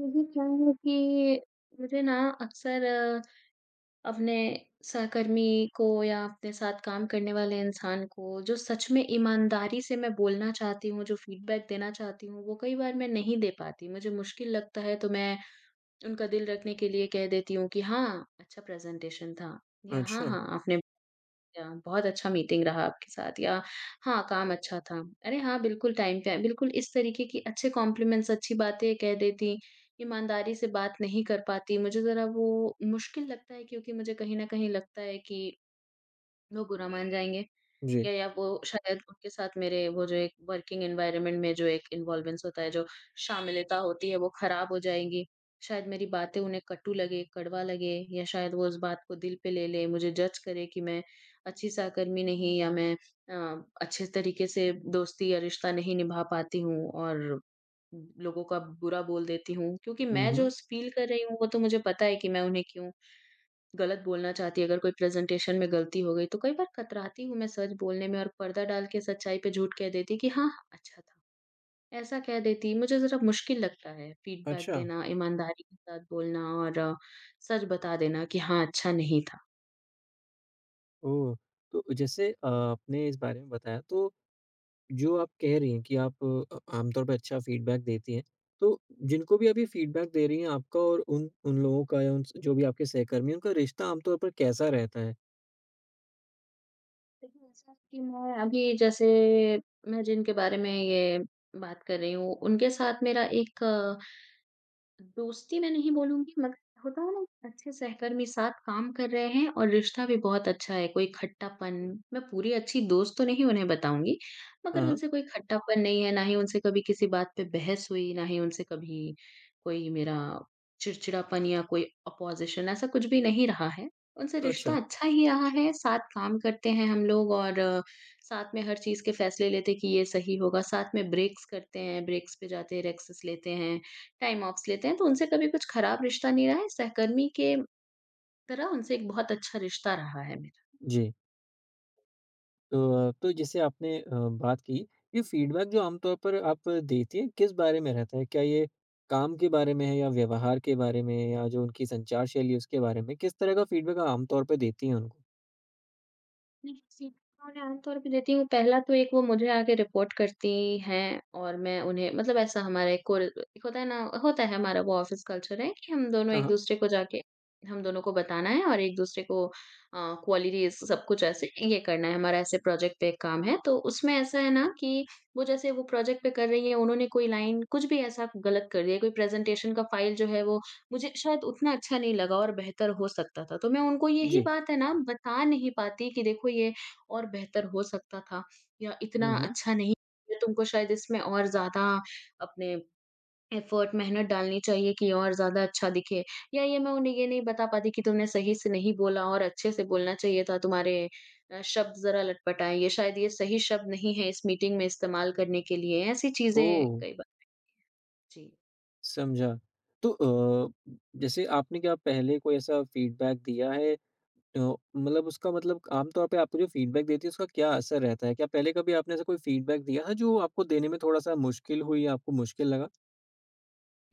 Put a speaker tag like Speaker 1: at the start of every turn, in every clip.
Speaker 1: मुझे क्या है कि मुझे ना अक्सर अपने सहकर्मी को या अपने साथ काम करने वाले इंसान को जो सच में ईमानदारी से मैं बोलना चाहती हूँ, जो फीडबैक देना चाहती हूँ, वो कई बार मैं नहीं दे पाती। मुझे मुश्किल लगता है तो मैं उनका दिल रखने के लिए कह देती हूँ कि हाँ, अच्छा प्रेज़ेंटेशन था या हाँ,
Speaker 2: अच्छा,
Speaker 1: हाँ, आपने या बहुत अच्छा मीटिंग रहा आपके साथ या हाँ, काम अच्छा था। अरे हाँ, बिल्कुल टाइम पे आए, बिल्कुल इस तरीके की अच्छे कॉम्प्लिमेंट्स, अच्छी बातें कह देती, ईमानदारी से बात नहीं कर पाती। मुझे ज़रा वो मुश्किल लगता है क्योंकि मुझे कहीं न कहीं लगता है कि लोग बुरा मान जाएँगे।
Speaker 2: जी।
Speaker 1: या वो शायद उनके साथ मेरे वो जो एक वर्किंग एनवायरनमेंट में जो एक इन्वॉल्वेंस होता है, जो शामिलता होती है वो खराब हो जाएँगी। शायद मेरी बातें उन्हें कटु लगे, कड़वा लगे या शायद वो उस बात को दिल पे ले लें, मुझे जज करें कि मैं अच्छी सहकर्मी नहीं या मैं अच्छे तरीके से दोस्ती या रिश्ता नहीं निभा पाती हूँ और लोगों का बुरा बोल देती हूँ। क्योंकि
Speaker 2: हुँ,
Speaker 1: मैं जो
Speaker 2: हुँ।
Speaker 1: स फ़ील कर रही हूँ वो तो मुझे पता है कि मैं उन्हें क्यों गलत बोलना चाहती है, अगर कोई प्रेज़ेंटेशन में गलती हो गई, तो कई बार कतराती हूँ मैं सच बोलने में और पर्दा डाल के सच्चाई पे झूठ कह देती कि हाँ, अच्छा था। ऐसा कह देती, मुझे ज़रा मुश्किल लगता है फीडबैक
Speaker 2: अच्छा,
Speaker 1: देना, ईमानदारी के साथ बोलना और सच बता देना कि हाँ, अच्छा नहीं था।
Speaker 2: ओह! तो जैसे आपने इस बारे में बताया, तो जो आप कह रही हैं कि आप आमतौर पे अच्छा फीडबैक देती हैं, तो जिनको भी आप ये फीडबैक दे रही हैं, आपका और उन उन लोगों का या उन जो भी आपके सहकर्मी हैं, उनका रिश्ता आमतौर पर कैसा रहता है?
Speaker 1: लेकिन ऐसा है कि मैं अभी जैसे मैं जिनके बारे में ये बात कर रही हूँ, उनके साथ मेरा एक दोस्ती मैं नहीं बोलूँगी मगर होता है ना कि अच्छे सहकर्मी साथ काम कर रहे हैं और रिश्ता भी बहुत अच्छा है, कोई खट्टापन मैं पूरी अच्छी दोस्त तो नहीं उन्हें बताऊँगी, मगर
Speaker 2: हाँ, हाँ।
Speaker 1: उनसे कोई खट्टापन नहीं है, ना ही उनसे कभी किसी बात पे बहस हुई, ना ही उनसे कभी कोई मेरा चिड़चिड़ापन या कोई अपोज़िशन ऐसा कुछ भी नहीं रहा है। उनसे
Speaker 2: अच्छा,
Speaker 1: रिश्ता अच्छा ही रहा है, साथ काम करते हैं हम लोग और साथ में हर चीज़ के फैसले लेते हैं कि ये सही होगा, साथ में ब्रेक्स करते हैं, ब्रेक्स पे जाते हैं, रेक्सेस लेते हैं। टाइम ऑफ्स लेते हैं, तो उनसे कभी कुछ खराब रिश्ता नहीं रहा है। सहकर्मी के तरह उनसे एक बहुत अच्छा रिश्ता रहा है मेरा।
Speaker 2: जी। तो जैसे आपने बात की, ये फीडबैक जो आमतौर पर आप देती हैं, किस बारे में रहता है? क्या ये काम के बारे में है या व्यवहार के बारे में या जो उनकी संचार शैली है, उसके बारे में? किस तरह का फीडबैक आप आमतौर पे देती हैं उनको?
Speaker 1: नहीं, सीखना मैं आमतौर पे देती हूँ। पहला तो एक वो मुझे आके रिपोर्ट करती हैं और मैं उन्हें मतलब ऐसा हमारा एक कोर एक होता है ना, होता है हमारा वो ऑफ़िस कल्चर है कि हम दोनों
Speaker 2: हाँ, हाँ।
Speaker 1: एक-दूसरे को जाके हम दोनों को बताना है और एक-दूसरे को क्वालिटीज़ सब कुछ ऐसे ये करना है, हमारा ऐसे प्रोजेक्ट पे एक काम है। तो उसमें ऐसा है ना कि वो जैसे वो प्रोजेक्ट पे कर रही हैं, उन्होंने कोई लाइन कुछ भी ऐसा गलत कर दिया, कोई प्रेज़ेंटेशन का फ़ाइल जो है वो मुझे शायद उतना अच्छा नहीं लगा और बेहतर हो सकता था। तो मैं उनको यही
Speaker 2: जी।
Speaker 1: बात है ना बता नहीं पाती कि देखो ये और बेहतर हो सकता था या
Speaker 2: हुँ,
Speaker 1: इतना
Speaker 2: हुँ।
Speaker 1: अच्छा नहीं है, तुमको शायद इसमें और ज़्यादा अपने एफ़र्ट मेहनत डालनी चाहिए कि और ज़्यादा अच्छा दिखे। या ये मैं उन्हें ये नहीं बता पाती कि तुमने सही से नहीं बोला और अच्छे से बोलना चाहिए था, तुम्हारे शब्द ज़रा लटपट आए, ये शायद ये सही शब्द नहीं है इस मीटिंग में इस्तेमाल करने के लिए। ऐसी चीज़ें
Speaker 2: ओह!
Speaker 1: कई बार। जी।
Speaker 2: समझा। तो जैसे आपने क्या पहले कोई ऐसा फीडबैक दिया है अ, मतलब उसका मतलब आमतौर पे आपको जो फीडबैक देती है, उसका क्या असर रहता है? क्या पहले कभी आपने ऐसा कोई फीडबैक दिया है, जो आपको देने में थोड़ा-सा मुश्किल हुई, आपको मुश्किल लगा?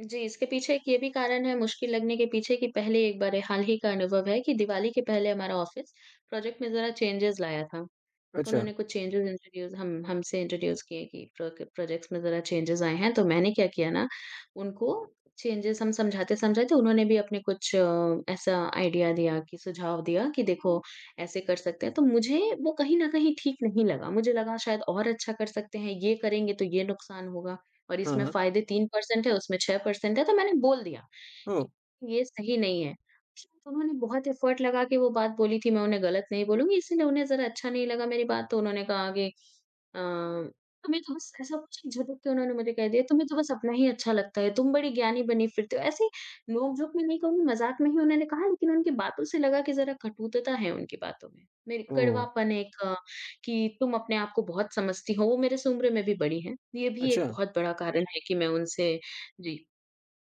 Speaker 1: जी, इसके पीछे एक ये भी कारण है मुश्किल लगने के पीछे कि पहले एक बार हाल ही का अनुभव है कि दिवाली के पहले हमारा ऑफ़िस प्रोजेक्ट में ज़रा चेंजेज़ लाया था।
Speaker 2: अच्छा।
Speaker 1: उन्होंने कुछ चेंजेस इंट्रोड्यूस हम हमसे इंट्रोड्यूस किए कि प्रोक प्रोजेक्ट्स में ज़रा चेंजेस आए हैं, तो मैंने क्या किया ना, उनको चेंजेस हम समझाते-समझाते उन्होंने भी अपने कुछ ऐसा आइडिया दिया कि सुझाव दिया कि देखो ऐसे कर सकते हैं, तो मुझे वो कहीं न कहीं ठीक नहीं लगा। मुझे लगा शायद और अच्छा कर सकते हैं, ये करेंगे तो ये नुकसान होगा और
Speaker 2: हाँ,
Speaker 1: इसमें
Speaker 2: हाँ।
Speaker 1: फ़ायदे 3% है, उसमें 6% है, तो मैंने बोल दिया।
Speaker 2: ओह!
Speaker 1: ये सही नहीं है। शायद उन्होंने बहुत एफ़र्ट लगा के वो बात बोली थी, मैं उन्हें गलत नहीं बोलूँगी, इसीलिए उन्हें ज़रा अच्छा नहीं लगा मेरी बात, तो उन्होंने कहा कि अ, तुम्हें तो बस ऐसा कुछ नहीं, झटक के उन्होंने मुझे कह दिया, तुम्हें तो बस अपना ही अच्छा लगता है, तुम बड़ी ज्ञानी बनी फिरते हो। ऐसे नोक-झोंक में नहीं कहूँगी, मज़ाक में ही उन्होंने कहा, लेकिन उनकी बातों से लगा कि ज़रा कटुता है उनकी बातों में। मेरी
Speaker 2: ओह!
Speaker 1: कड़वापन एक कि तुम अपने आप को बहुत समझती हो, वो मेरे से उम्र में भी बड़ी हैं। ये भी एक
Speaker 2: अच्छा।
Speaker 1: बहुत बड़ा कारण है कि मैं उनसे। जी।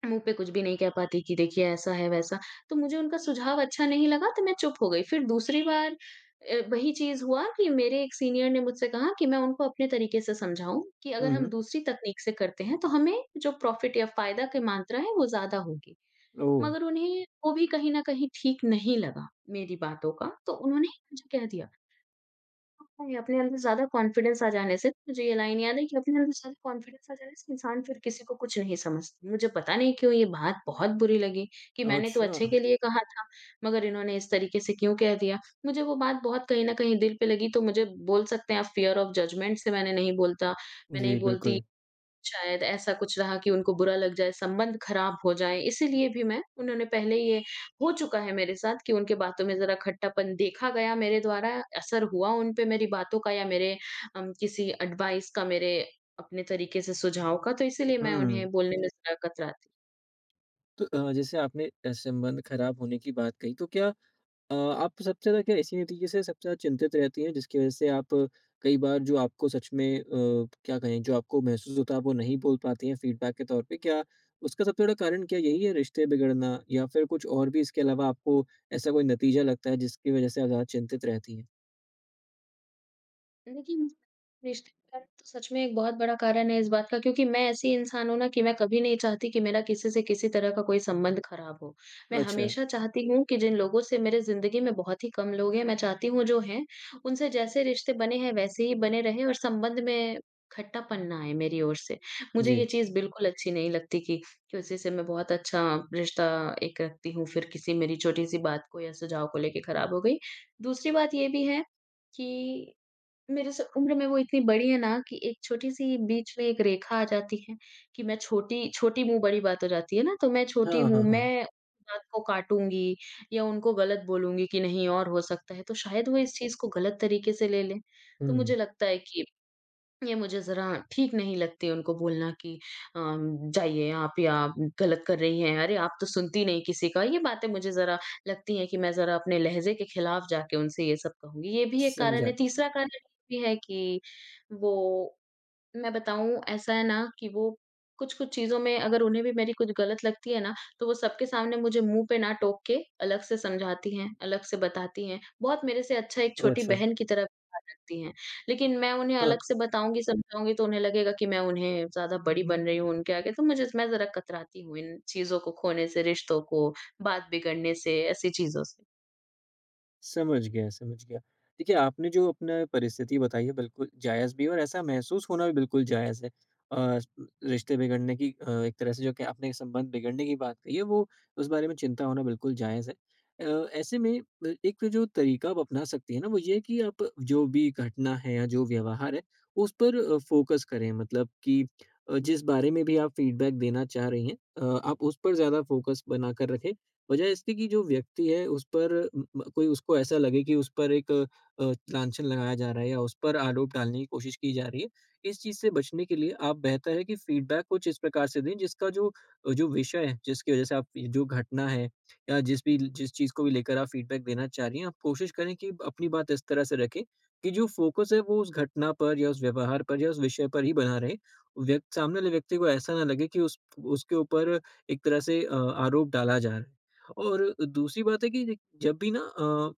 Speaker 1: मुँह पे कुछ भी नहीं कह पाती कि देखिए ऐसा है, वैसा। तो मुझे उनका सुझाव अच्छा नहीं लगा, तो मैं चुप हो गई। फिर दूसरी बार वही चीज़ हुआ कि मेरे एक सीनियर ने मुझसे कहा कि मैं उनको अपने तरीके से समझाऊँ कि अगर
Speaker 2: हुँ,
Speaker 1: हम
Speaker 2: हुँ।
Speaker 1: दूसरी तकनीक से करते हैं तो हमें जो प्रॉफ़िट या फ़ायदा की मात्रा है वो ज़्यादा होगी।
Speaker 2: ओह!
Speaker 1: मगर उन्हें वो भी कहीं न कहीं ठीक नहीं लगा मेरी बातों का, तो उन्होंने मुझे कह दिया। नहीं, अपने अंदर ज़्यादा कॉन्फिडेंस आ जाने से, मुझे ये लाइन याद है कि अपने अंदर ज़्यादा कॉन्फिडेंस आ जाने से इंसान फिर किसी को कुछ नहीं समझता। मुझे पता नहीं क्यों ये बात बहुत बुरी लगी कि मैंने तो
Speaker 2: अच्छा।
Speaker 1: अच्छे के लिए कहा था, मगर इन्होंने इस तरीके से क्यों कह दिया? मुझे वो बात बहुत कहीं न कहीं दिल पे लगी, तो मुझे बोल सकते हैं आप फ़ियर ऑफ जजमेंट से मैं नहीं बोलता, मैं
Speaker 2: जी,
Speaker 1: नहीं बोलती।
Speaker 2: बिल्कुल।
Speaker 1: शायद ऐसा कुछ रहा कि उनको बुरा लग जाए, संबंध खराब हो जाए, इसीलिए भी मैं उन्होंने पहले ये हो चुका है मेरे साथ कि उनके बातों में ज़रा खट्टापन देखा गया मेरे द्वारा, असर हुआ उन पे मेरी बातों का या मेरे किसी एडवाइस का, मेरे अपने तरीके से सुझाव का, तो इसीलिए मैं उन्हें
Speaker 2: हुँ।
Speaker 1: बोलने में ज़रा कतराती।
Speaker 2: तो जैसे आपने संबंध खराब होने की बात कही, तो क्या आप सबसे ज़्यादा क्या इसी नतीजे से सबसे ज़्यादा चिंतित रहती हैं, जिसकी वजह से आप कई बार जो आपको सच में क्या कहें, जो आपको महसूस होता है, आप वो नहीं बोल पाती हैं फीडबैक के तौर पे? क्या उसका सबसे बड़ा कारण क्या यही है, रिश्ते बिगड़ना या फिर कुछ और भी इसके अलावा आपको ऐसा कोई नतीजा लगता है, जिसकी वजह से आप ज़्यादा चिंतित रहती हैं?
Speaker 1: देखिए, मुझे रिश्ते के कारण तो सच में एक बहुत बड़ा कारण है इस बात का, क्योंकि मैं ऐसी इंसान हूँ ना कि मैं कभी नहीं चाहती कि मेरा किसी से किसी तरह का कोई संबंध खराब हो। मैं
Speaker 2: अच्छा।
Speaker 1: हमेशा चाहती हूँ कि जिन लोगों से मेरे ज़िंदगी में बहुत ही कम लोग हैं, मैं चाहती हूँ जो हैं, उनसे जैसे रिश्ते बने हैं वैसे ही बने रहें और संबंध में खट्टापन ना आए मेरी ओर से। मुझे ये
Speaker 2: जी।
Speaker 1: चीज़ बिल्कुल अच्छी नहीं लगती कि किसी से मैं बहुत अच्छा रिश्ता एक रखती हूँ, फिर किसी मेरी छोटी-सी बात को या सुझाव को लेके खराब हो गई। दूसरी बात ये भी है कि मेरे से उम्र में वो इतनी बड़ी है ना कि एक छोटी-सी बीच में एक रेखा आ जाती है कि मैं छोटी, छोटी मुँह बड़ी बात हो जाती है ना, तो मैं छोटी
Speaker 2: हाँ,
Speaker 1: हूँ,
Speaker 2: हाँ, हाँ।
Speaker 1: मैं बात को काटूँगी या उनको गलत बोलूँगी कि नहीं और हो सकता है, तो शायद वो इस चीज़ को गलत तरीके से ले लें। तो
Speaker 2: हुँ।
Speaker 1: मुझे लगता है कि ये मुझे ज़रा ठीक नहीं लगती उनको बोलना कि जाइए आप या आप गलत कर रही हैं, अरे आप तो सुनती नहीं किसी का। ये बातें मुझे ज़रा लगती हैं कि मैं ज़रा अपने लहज़े के खिलाफ जाके उनसे ये सब कहूँगी। ये भी एक कारण
Speaker 2: समझा।
Speaker 1: है। तीसरा कारण ये भी है कि वो मैं बताऊँ ऐसा है ना कि वो कुछ-कुछ चीज़ों में अगर उन्हें भी मेरी कुछ गलत लगती है ना, तो वो सबके सामने मुझे मुँह पे ना टोक के अलग से समझाती हैं, अलग से बताती हैं। बहुत मेरे से अच्छा एक
Speaker 2: ओह!
Speaker 1: छोटी
Speaker 2: अच्छा।
Speaker 1: बहन की तरह व्यवहार रखती हैं। लेकिन मैं उन्हें अलग
Speaker 2: हाँ,
Speaker 1: से बताऊँगी, समझाऊँगी तो उन्हें लगेगा कि मैं उन्हें ज़्यादा बड़ी बन रही हूँ उनके आगे, तो मुझे मैं ज़रा कतराती हूँ इन चीज़ों को खोने से, रिश्तों को, बात बिगड़ने से, ऐसी चीज़ों से।
Speaker 2: समझ गया, समझ गया। देखिए, आपने जो अपना परिस्थिति बताई है, बिल्कुल जायज़ भी है और ऐसा महसूस होना भी बिल्कुल जायज़ है। अ, रिश्ते बिगड़ने की एक तरह से जो कि आपने संबंध बिगड़ने की बात कही है, वो उस बारे में चिंता होना बिल्कुल जायज़ है। ऐसे में एक जो तरीका आप अपना सकती हैं ना, वो ये है कि आप जो भी घटना है या जो व्यवहार है, उस पर फ़ोकस करें। मतलब कि जिस बारे में भी आप फ़ीडबैक देना चाह रही हैं आप उस पर ज़्यादा फ़ोकस बनाकर रखें। वजह इसकी कि जो व्यक्ति है उस पर म म कोई उसको ऐसा लगे कि उस पर एक लांछन लगाया जा रहा है या उस पर आरोप डालने की कोशिश की जा रही है। इस चीज़ से बचने के लिए आप बेहतर है कि फीडबैक कुछ इस प्रकार से दें जिसका जो विषय है, जिसकी वजह से आप ये जो घटना है या जिस भी जिस चीज़ को भी लेकर आप फीडबैक देना चाह रही हैं, आप कोशिश करें कि अपनी बात इस तरह से रखें कि जो फोकस है वो उस घटना पर या उस व्यवहार पर या उस विषय पर ही बना रहे। व्यक्ति सामने वाले व्यक्ति को ऐसा ना लगे कि उस उसके ऊपर एक तरह से आरोप डाला जा रहा है। और दूसरी बात है कि जब भी ना अ,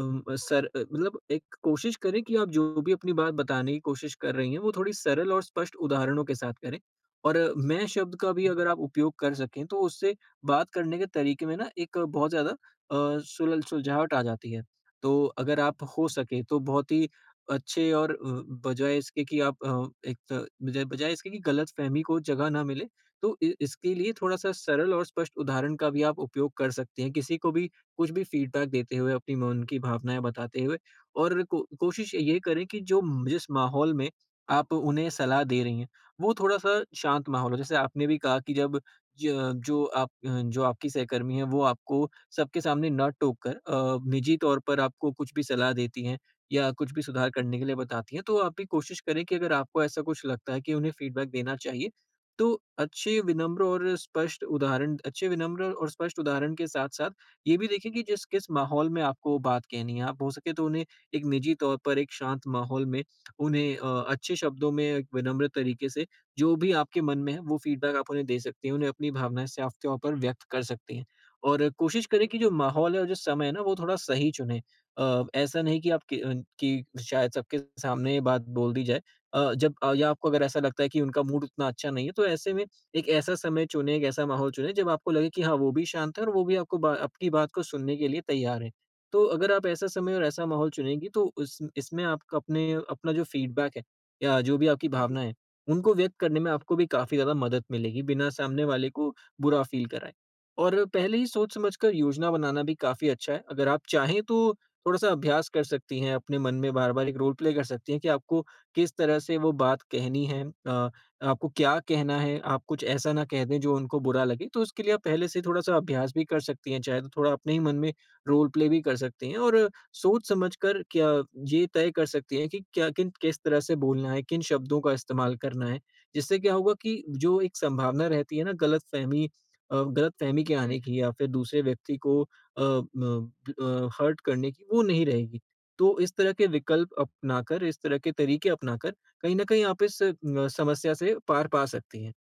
Speaker 2: अम, सर अ, मतलब एक कोशिश करें कि आप जो भी अपनी बात बताने की कोशिश कर रही हैं, वो थोड़ी सरल और स्पष्ट उदाहरणों के साथ करें, और मैं शब्द का भी अगर आप उपयोग कर सकें, तो उससे बात करने के तरीके में ना एक बहुत ज़्यादा सुलझाहट आ जाती है। तो अगर आप हो सके तो बहुत ही अच्छे और बजाय इसके कि आप एक त बजाय बजाय इसके कि गलतफ़हमी को जगह ना मिले, तो इ इसके लिए थोड़ा-सा सरल और स्पष्ट उदाहरण का भी आप उपयोग कर सकती हैं। किसी को भी कुछ भी फीडबैक देते हुए, अपनी मन की भावनाएँ बताते हुए और को कोशिश ये करें कि जो जिस माहौल में आप उन्हें सलाह दे रही हैं, वो थोड़ा-सा शांत माहौल हो। जैसे आपने भी कहा कि जब ज जो आप अ, जो आपकी सहकर्मी है, वो आपको सबके सामने ना टोक कर निजी तौर पर आपको कुछ भी सलाह देती हैं या कुछ भी सुधार करने के लिए बताती हैं, तो आप भी कोशिश करें कि अगर आपको ऐसा कुछ लगता है कि उन्हें फीडबैक देना चाहिए, तो अच्छे विनम्र और स्पष्ट उदाहरण के साथ-साथ ये भी देखें कि जिस किस माहौल में आपको वो बात कहनी है, आप हो सके तो उन्हें एक निजी तौर पर एक शांत माहौल में उन्हें अच्छे शब्दों में एक विनम्र तरीके से जो भी आपके मन में है वो फीडबैक आप उन्हें दे सकती हैं, उन्हें अपनी भावनाएँ साफ तौर पर व्यक्त कर सकती हैं। और कोशिश करें कि जो माहौल है और जो समय है ना वो थोड़ा सही चुनें। ऐसा नहीं कि कि शायद सबके सामने ये बात बोल दी जाए। या आपको अगर ऐसा लगता है कि उनका मूड उतना अच्छा नहीं है तो ऐसे में एक ऐसा समय चुनें, एक ऐसा माहौल चुनें जब आपको लगे कि हाँ, वो भी शांत है और वो भी आपको बा आपकी बात को सुनने के लिए तैयार है। तो अगर आप ऐसा समय और ऐसा माहौल चुनेंगी तो उस इसमें आपका अपने अपना जो फीडबैक है या जो भी आपकी
Speaker 1: जी।
Speaker 2: भावना है, उनको व्यक्त करने में आपको भी काफ़ी ज़्यादा मदद मिलेगी, बिना सामने वाले को बुरा फ़ील कराए। और पहले ही सोच-समझ कर योजना बनाना भी काफ़ी अच्छा है। अगर आप चाहें तो थोड़ा-सा अभ्यास कर सकती हैं, अपने मन में बार-बार एक रोल प्ले कर सकती हैं कि आपको किस तरह से वो बात कहनी है, आपको क्या कहना है, आप कुछ ऐसा ना कह दें जो उनको बुरा लगे, तो उसके लिए आप पहले से थोड़ा-सा अभ्यास भी कर सकती हैं, चाहे तो थोड़ा अपने ही मन में रोल प्ले भी कर सकती हैं और सोच-समझ कर क्या ये तय कर सकती हैं कि क्या किन किस तरह से बोलना है, किन शब्दों का इस्तेमाल करना है। जिससे क्या होगा कि जो एक संभावना रहती है ना गलतफ़हमी के आने की या फिर दूसरे व्यक्ति को म हर्ट करने की, वो नहीं रहेगी। तो इस तरह के विकल्प अपनाकर, इस तरह के तरीके अपनाकर कहीं न कहीं आप इस समस्या से पार पा सकती हैं।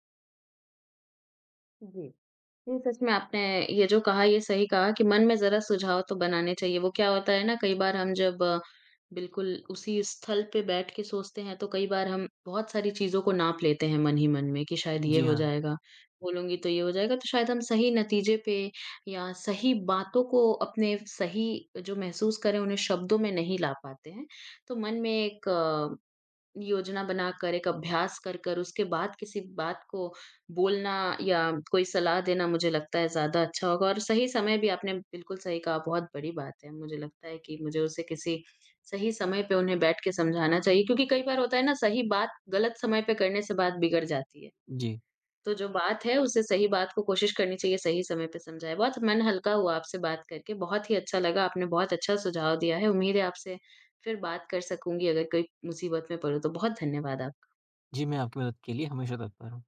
Speaker 1: जी। जी, सच में आपने ये जो कहा ये सही कहा कि मन में ज़रा सुझाव तो बनाने चाहिए। वो क्या होता है ना, कई बार हम जब बिल्कुल उसी स्थल पे बैठ के सोचते हैं तो कई बार हम बहुत सारी चीज़ों को नाप लेते हैं मन ही मन में कि शायद ये
Speaker 2: जी
Speaker 1: हो
Speaker 2: हाँ।
Speaker 1: जाएगा, बोलूँगी तो ये हो जाएगा। तो शायद हम सही नतीजे पे या सही बातों को अपने सही जो महसूस करें उन्हें शब्दों में नहीं ला पाते हैं। तो मन में एक योजना बनाकर, एक अभ्यास कर कर उसके बाद किसी बात को बोलना या कोई सलाह देना मुझे लगता है ज़्यादा अच्छा होगा और सही समय भी आपने बिल्कुल सही कहा, बहुत बड़ी बात है। मुझे लगता है कि मुझे उसे किसी सही समय पे उन्हें बैठ के समझाना चाहिए, क्योंकि कई बार होता है ना सही बात गलत समय पे करने से बात बिगड़ जाती है।
Speaker 2: जी।
Speaker 1: तो जो बात है उसे सही बात को कोशिश करनी चाहिए सही समय पे समझाएँ। बहुत मन हल्का हुआ आपसे बात करके, बहुत ही अच्छा लगा, आपने बहुत अच्छा सुझाव दिया है। उम्मीद है आपसे फिर बात कर सकूँगी अगर कोई मुसीबत में पड़ूँ तो। बहुत धन्यवाद आप
Speaker 2: जी, मैं आपकी मदद के लिए हमेशा तत्पर हूँ।